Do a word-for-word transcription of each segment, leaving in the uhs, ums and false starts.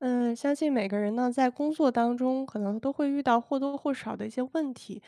嗯，相信每个人呢，在工作当中可能都会遇到或多或少的一些问题。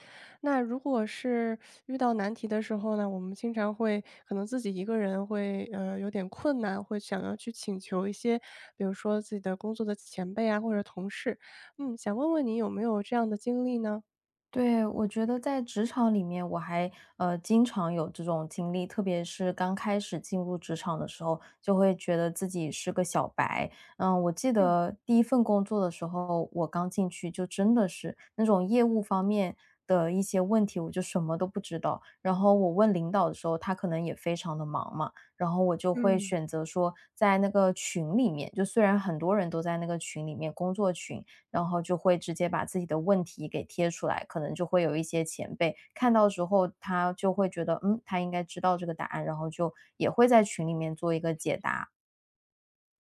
那如果是遇到难题的时候呢，我们经常会可能自己一个人会呃有点困难，会想要去请求一些，比如说自己的工作的前辈啊或者同事。嗯，想问问你有没有这样的经历呢？对，我觉得在职场里面，我还呃经常有这种经历，特别是刚开始进入职场的时候，就会觉得自己是个小白。嗯，我记嗯得第一份工作的时候，我刚进去就真的是那种业务方面的一些问题，我就什么都不知道。然后我问领导的时候，他可能也非常的忙嘛，然后我就会嗯，选择说在那个群里面，就虽然很多人都在那个群里面工作群，然后就会直接把自己的问题给贴出来，可能就会有一些前辈看到之后，他就会觉得，嗯，他应该知道这个答案，然后就也会在群里面做一个解答，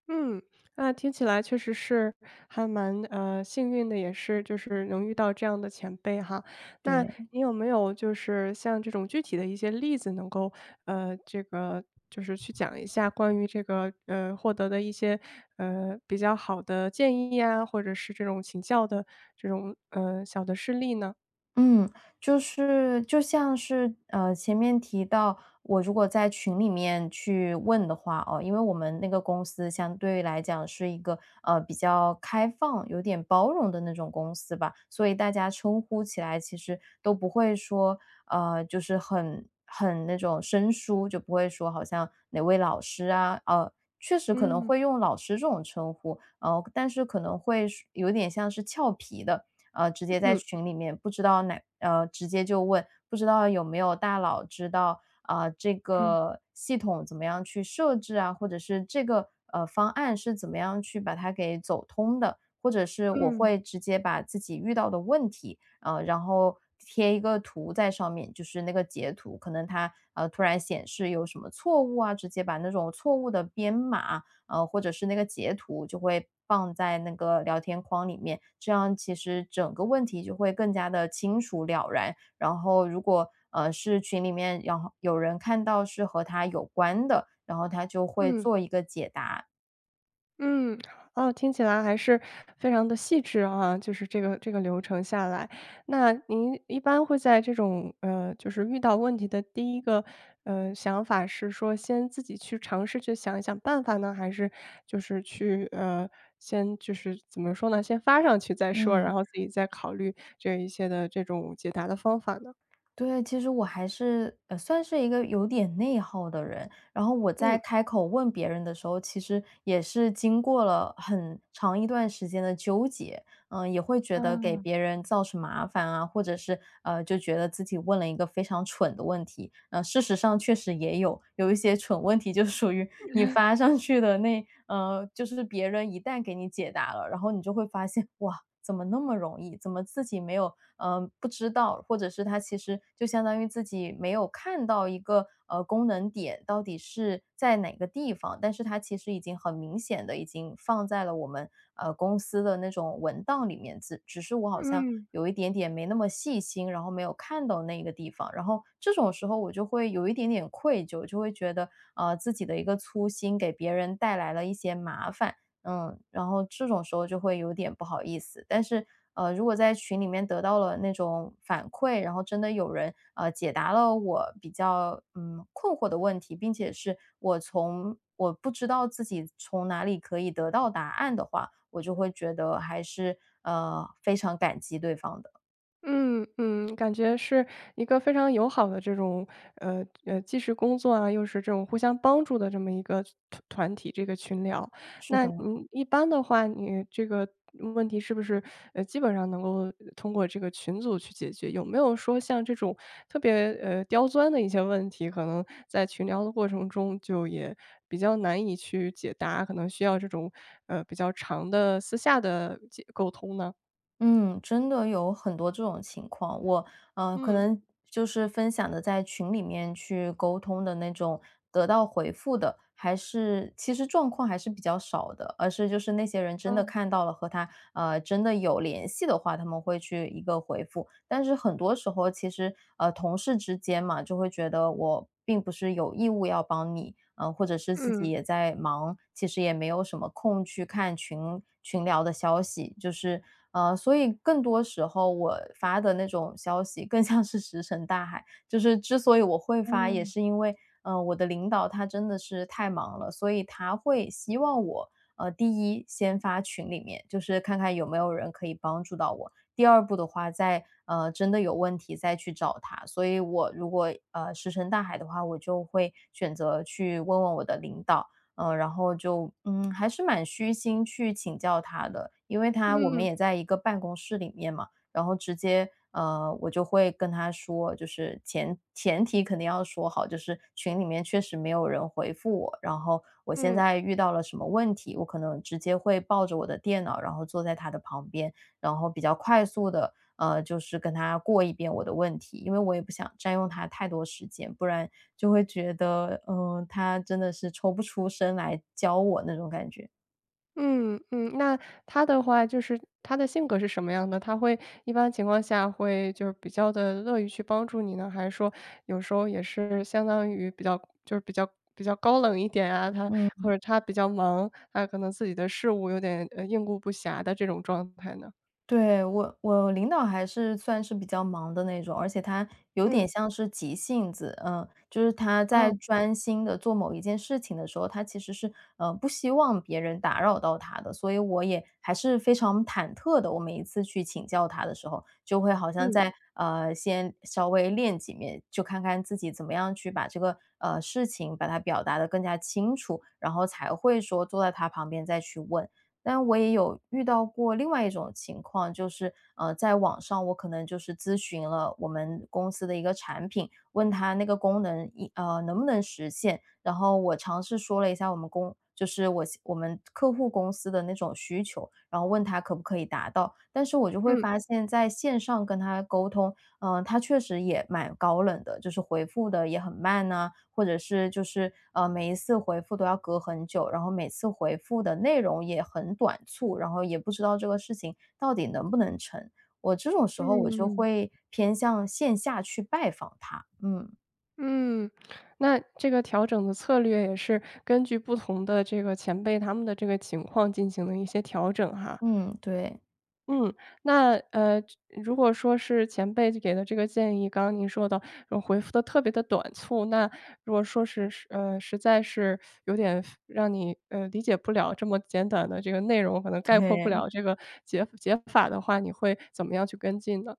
嗯，那听起来确实是还蛮，呃，幸运的，也是就是能遇到这样的前辈哈。那对。你有没有就是像这种具体的一些例子能够，呃，这个就是去讲一下关于这个，呃，获得的一些，呃，比较好的建议啊，或者是这种请教的这种，呃，小的事例呢？嗯，就是就像是呃前面提到，我如果在群里面去问的话哦，因为我们那个公司相对来讲是一个呃比较开放、有点包容的那种公司吧，所以大家称呼起来其实都不会说呃就是很很那种生疏，就不会说好像哪位老师啊，呃。确实可能嗯，会用老师这种称呼，呃，但是可能会是有点像是俏皮的，呃，直接在嗯，群里面不知道哪呃，直接就问，不知道有没有大佬知道，啊，这嗯，个系统怎么样去设置啊，或者是这个，呃，方案是怎么样去把它给走通的。或者是我嗯，会直接把自己遇到的问题，呃，然后贴一个图在上面，就是那个截图，可能它，呃，突然显示有什么错误啊，直接把那种错误的编码，呃，或者是那个截图就会放在那个聊天框里面，这样其实整个问题就会更加的清楚了然。然后如果，呃，是群里面然后有人看到是和他有关的，然后他就会嗯。做一个解答，嗯，哦，听起来还是非常的细致啊，就是这个这个流程下来。那您一般会在这种，呃，就是遇到问题的第一个，呃，想法是说先自己去尝试去想一想办法呢？还是就是去，呃，先就是怎么说呢，先发上去再说，然嗯。后自己再考虑这一些的这种解答的方法呢？对，其实我还是，呃，算是一个有点内耗的人，然后我在嗯。开口问别人的时候，其实也是经过了很长一段时间的纠结，嗯，也会觉得给嗯，别人造成麻烦啊，或者是，呃，就觉得自己问了一个非常蠢的问题，呃，事实上确实也有，有一些蠢问题就属于你发上去的那呃，就是别人一旦给你解答了，然后你就会发现，哇，怎么那么容易？怎么自己没有嗯，呃不知道，或者是他其实就相当于自己没有看到一个，呃，功能点到底是在哪个地方，但是它其实已经很明显的已经放在了我们，呃，公司的那种文档里面，只只是我好像嗯。有一点点没那么细心，然后没有看到那个地方。然后这种时候我就会有一点点愧疚，就会觉得，呃，自己的一个粗心给别人带来了一些麻烦，嗯，然后这种时候就会有点不好意思。但是，呃，如果在群里面得到了那种反馈，然后真的有人呃解答了我比较嗯困惑的问题，并且是我从我不知道自己从哪里可以得到答案的话，我就会觉得还是呃非常感激对方的。嗯嗯，感觉是一个非常友好的这种，呃呃，既是工作啊，又是这种互相帮助的这么一个团团体，这个群聊。是那的，你一般的话，你这个问题是不是呃基本上能够通过这个群组去解决？有没有说像这种特别呃刁钻的一些问题，可能在群聊的过程中就也比较难以去解答，可能需要这种呃比较长的私下的解沟通呢？嗯，真的有很多这种情况，我嗯，可嗯能就是分享的在群里面去沟通的那种，得到回复的，还是其实状况还是比较少的，而是就是那些人真的哦，看到了和他呃真的有联系的话，他们会去一个回复，但是很多时候其实呃同事之间嘛，就会觉得我。并不是有义务要帮你，嗯、呃或者是自己嗯也在忙，其实也没有什么空去看群群聊的消息，就是呃，所以更多时候我发的那种消息更像是石沉大海。就是之所以我会发，也嗯。是因为，呃，我的领导他真的是太忙了，所以他会希望我，呃，第一先发群里面，就是看看有没有人可以帮助到我。第二步的话，再呃真的有问题再去找他。所以我如果呃石沉大海的话，我就会选择去问问我的领导。呃，然后就嗯，还是蛮虚心去请教他的，因为他我们嗯也在一个办公室里面嘛，然后直接呃，我就会跟他说，就是前前提肯定要说好，就是群里面确实没有人回复我，然后我现嗯在遇到了什么问题，我可能直接会抱着我的电脑，然后坐在他的旁边，然后比较快速的。呃，就是跟他过一遍我的问题，因为我也不想占用他太多时间，不然就会觉得，嗯，他真的是抽不出身来教我那种感觉。嗯嗯，那他的话就是他的性格是什么样的？他会一般情况下会就是比较的乐于去帮助你呢？还是说有时候也是相当于比较就是比较比较高冷一点啊，他嗯。或者他比较忙，他可能自己的事务有点，呃，应顾不暇的这种状态呢？对，我我领导还是算是比较忙的那种，而且他有点嗯，像是急性子，嗯，就是他在哦，专心的做某一件事情的时候，他其实是呃不希望别人打扰到他的，所以我也还是非常忐忑的。我每一次去请教他的时候，就会好像嗯在呃先稍微练几面，就看看自己怎么样去把这个呃事情把它表达的更加清楚，然后才会说坐在他旁边再去问。但我也有遇到过另外一种情况，就是，呃，在网上我可能就是咨询了我们公司的一个产品，问他那个功能一呃，能不能实现，然后我尝试说了一下我们公就是我我们客户公司的那种需求，然后问他可不可以达到。但是我就会嗯发现在线上跟他沟通，嗯，他确实也蛮高冷的，就是回复的也很慢呐，或者是就是呃每一次回复都要隔很久，然后每次回复的内容也很短促，然后也不知道这个事情到底能不能成。我这种时候我就嗯会偏向线下去拜访他，嗯嗯，那这个调整的策略也是根据不同的这个前辈他们的这个情况进行了一些调整哈。嗯，对嗯，那，呃，如果说是前辈给的这个建议，刚刚您说的，呃，回复的特别的短促，那如果说是是呃，实在是有点让你，呃，理解不了这么简短的这个内容，可能概括不了对。这个解解法的话，你会怎么样去跟进呢？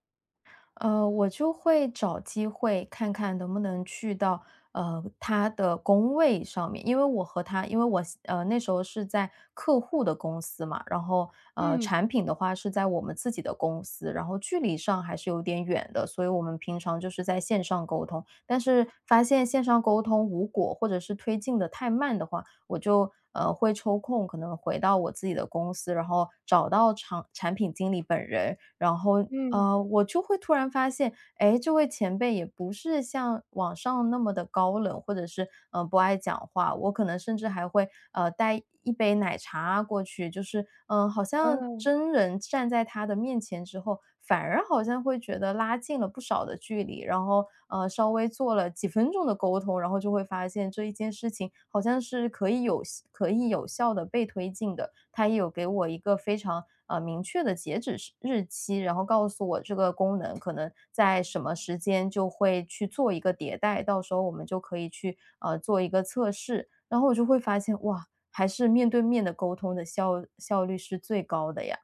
呃，我就会找机会看看能不能去到呃他的工位上面，因为我和他，因为我呃那时候是在客户的公司嘛，然后呃嗯，产品的话是在我们自己的公司，然后距离上还是有点远的，所以我们平常就是在线上沟通，但是发现线上沟通无果或者是推进的太慢的话，我就呃会抽空可能回到我自己的公司，然后找到厂产品经理本人，然后，嗯。呃，我就会突然发现，哎，这位前辈也不是像网上那么的高冷，或者是，嗯，不爱讲话。我可能甚至还会，呃，带一杯奶茶过去，就是，嗯，呃好像嗯。真人站在他的面前之后反而好像会觉得拉近了不少的距离，然后呃稍微做了几分钟的沟通，然后就会发现这一件事情好像是可以有可以有效的被推进的。他也有给我一个非常呃明确的截止时日期，然后告诉我这个功能可能在什么时间就会去做一个迭代，到时候我们就可以去呃做一个测试。然后我就会发现哇，还是面对面的沟通的效效率是最高的呀。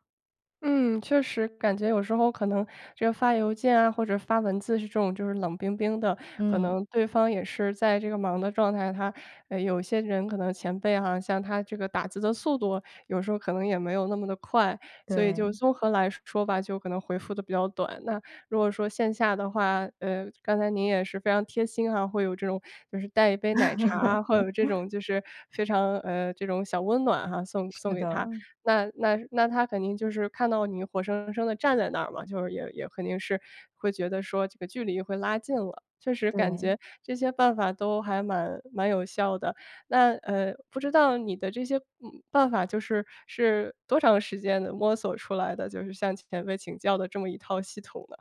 嗯，确实感觉有时候可能这个发邮件啊，或者发文字是这种就是冷冰冰的，可嗯，能对方也是在这个忙的状态，他呃，有些人可能前辈哈，像他这个打字的速度，有时候可能也没有那么的快，所以就对，综合来说吧，就可能回复的比较短。那如果说线下的话，呃，刚才您也是非常贴心哈，会有这种就是带一杯奶茶啊，会有这种就是非常呃，这种小温暖哈，送送是给的。他。那那那他肯定就是看到你活生生的站在那儿嘛，就是也也肯定是会觉得说这个距离会拉近了。确实感对，觉这些办法都还蛮蛮有效的。那，呃，不知道你的这些，嗯办法就是是多长时间的摸索出来的，就是向前辈请教的这么一套系统呢？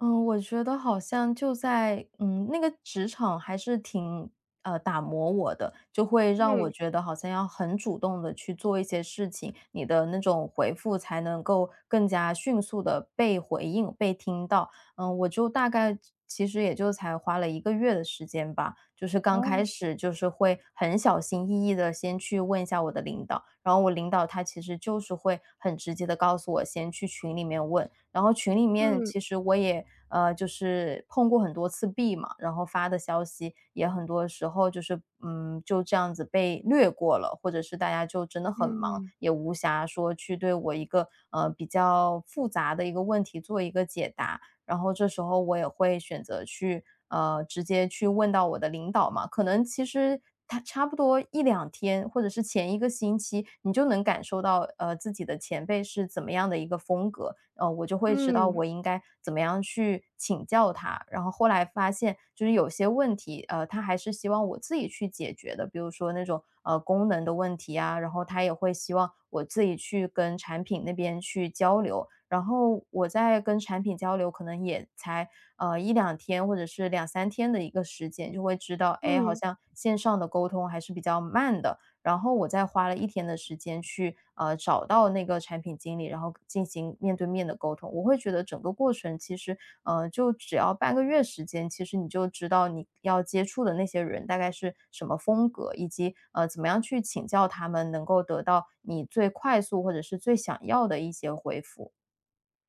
嗯，我觉得好像就在嗯，那个职场还是挺呃打磨我的，就会让嗯，我觉得好像要很主动的去做一些事情，你的那种回复才能够更加迅速的被回应、被听到。嗯，我就大概其实也就才花了一个月的时间吧，就是刚开啊，始就是会很小心翼翼的先去问一下我的领导，然后我领导他其实就是会很直接的告诉我先去群里面问，然后群里面嗯，其实我也，呃，就是碰过很多次壁嘛，然后发的消息也很多时候就是，嗯，就这样子被略过了，或者是大家就真的很忙，嗯，也无暇说去对我一个，呃，比较复杂的一个问题做一个解答。然后这时候我也会选择去，呃，直接去问到我的领导嘛。可能其实他差不多一两天，或者是前一个星期，你就能感受到，呃，自己的前辈是怎么样的一个风格，呃，我就会知嗯，道嗯。我应该怎么样去请教他。然后后来发现就是有些问题，呃，他还是希望我自己去解决的，比如说那种，呃，功能的问题啊，然后他也会希望我自己去跟产品那边去交流。然后我在跟产品交流，可能也才呃一两天或者是两三天的一个时间，就会知道，哎，好嗯像线上的沟通还是比较慢的。然后我再花了一天的时间去呃找到那个产品经理，然后进行面对面的沟通。我会觉得整个过程其实呃就只要半个月时间，其实你就知道你要接触的那些人大概是什么风格，以及呃怎么样去请教他们，能够得到你最快速或者是最想要的一些回复。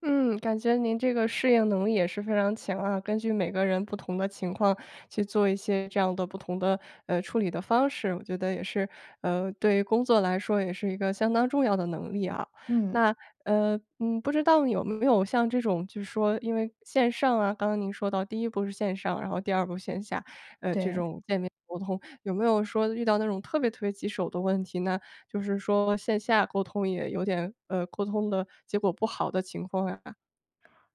嗯，感觉您这个适应能力也是非常强啊，根据每个人不同的情况去做一些这样的不同的，呃，处理的方式，我觉得也是，呃，对于工作来说也是一个相当重要的能力啊。嗯，那，呃，嗯，不知道你有没有像这种就是说因为线上啊，刚刚您说到第一步是线上，然后第二步线下，呃，这对，种见面沟通，有没有说遇到那种特别特别棘手的问题呢？就是说线下沟通也有点呃，沟通的结果不好的情况呀？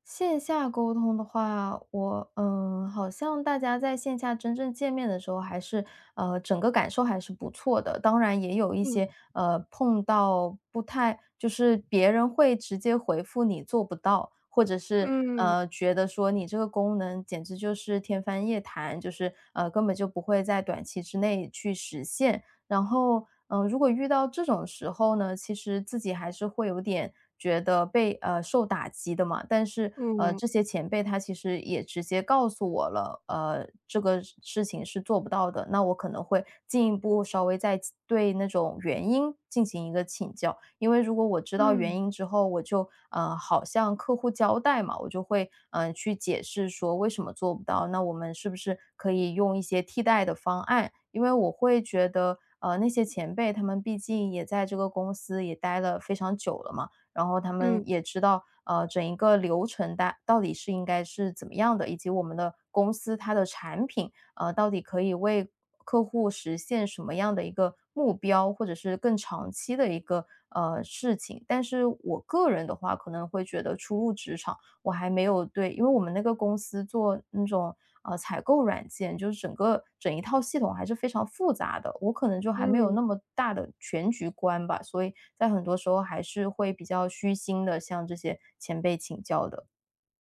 线下沟通的话，我嗯，好像大家在线下真正见面的时候，还是呃，整个感受还是不错的。当然，也有一嗯些呃，碰到不太就是别人会直接回复你做不到，或者是嗯呃，觉得说你这个功能简直就是天方夜谭，就是呃，根本就不会在短期之内去实现。然后，嗯，如果遇到这种时候呢，其实自己还是会有点觉得被呃，受打击的嘛。但是，呃，嗯这些前辈他其实也直接告诉我了，呃，这个事事情是做不到的，那我可能会进一步稍微再对那种原因进行一个请教。因为如果我知道原嗯因之后，我就，呃，好向客户交代嘛，我就会，嗯呃去解释说为什么做不到，那我们是不是可以用一些替代的方案。因为我会觉得，呃，那些前辈他们毕竟也在这个公司也待了非常久了嘛，然后他们嗯也知道，呃，整一个流程大到底是应该是怎么样的，以及我们的公司它的产品，呃，到底可以为客户实现什么样的一个目标，或者是更长期的一个呃事情。但是我个人的话，可能会觉得初入职场。我还没有对因为我们那个公司做那种，呃，采购软件，就是整个整一套系统还是非常复杂的，我可能就还没有嗯。那么大的全局观吧，所以在很多时候还是会比较虚心的向这些前辈请教的，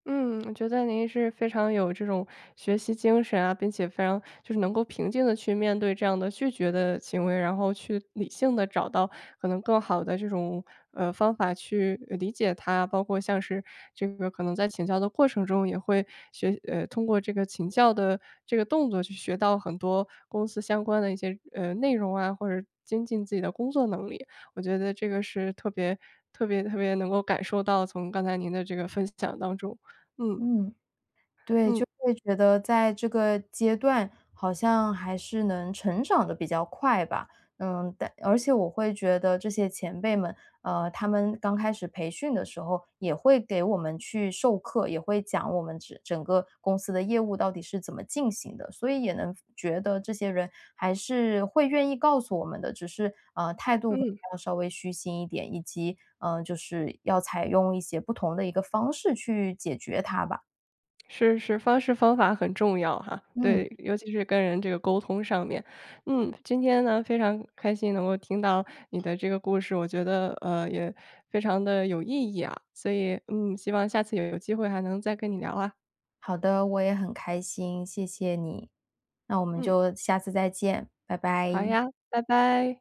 嗯，我觉得您是非常有这种学习精神啊，并且非常就是能够平静的去面对这样的拒绝的行为，然后去理性的找到可能更好的这种，呃，方法去呃理解它。包括像是这个可能在请教的过程中，也会学呃，通过这个请教的这个动作去学到很多公司相关的一些，呃，内容啊，或者精进自己的工作能力。我觉得这个是特别特别特别能够感受到，从刚才您的这个分享当中。嗯嗯。对，嗯就会觉得在这个阶段好像还是能成长的比较快吧。嗯，但而且我会觉得这些前辈们，呃，他们刚开始培训的时候也会给我们去授课，也会讲我们整整个公司的业务到底是怎么进行的，所以也能觉得这些人还是会愿意告诉我们的，只是呃态度可嗯，能要稍微虚心一点，以及嗯呃就是要采用一些不同的一个方式去解决它吧。是是，方式方法很重要哈，嗯。对，尤其是跟人这个沟通上面。嗯，今天呢非常开心能够听到你的这个故事，我觉得呃也非常的有意义啊，所以嗯，希望下次有有机会还能再跟你聊啊。好的，我也很开心，谢谢你。那我们嗯，就下次再见，拜好拜。呀，拜拜。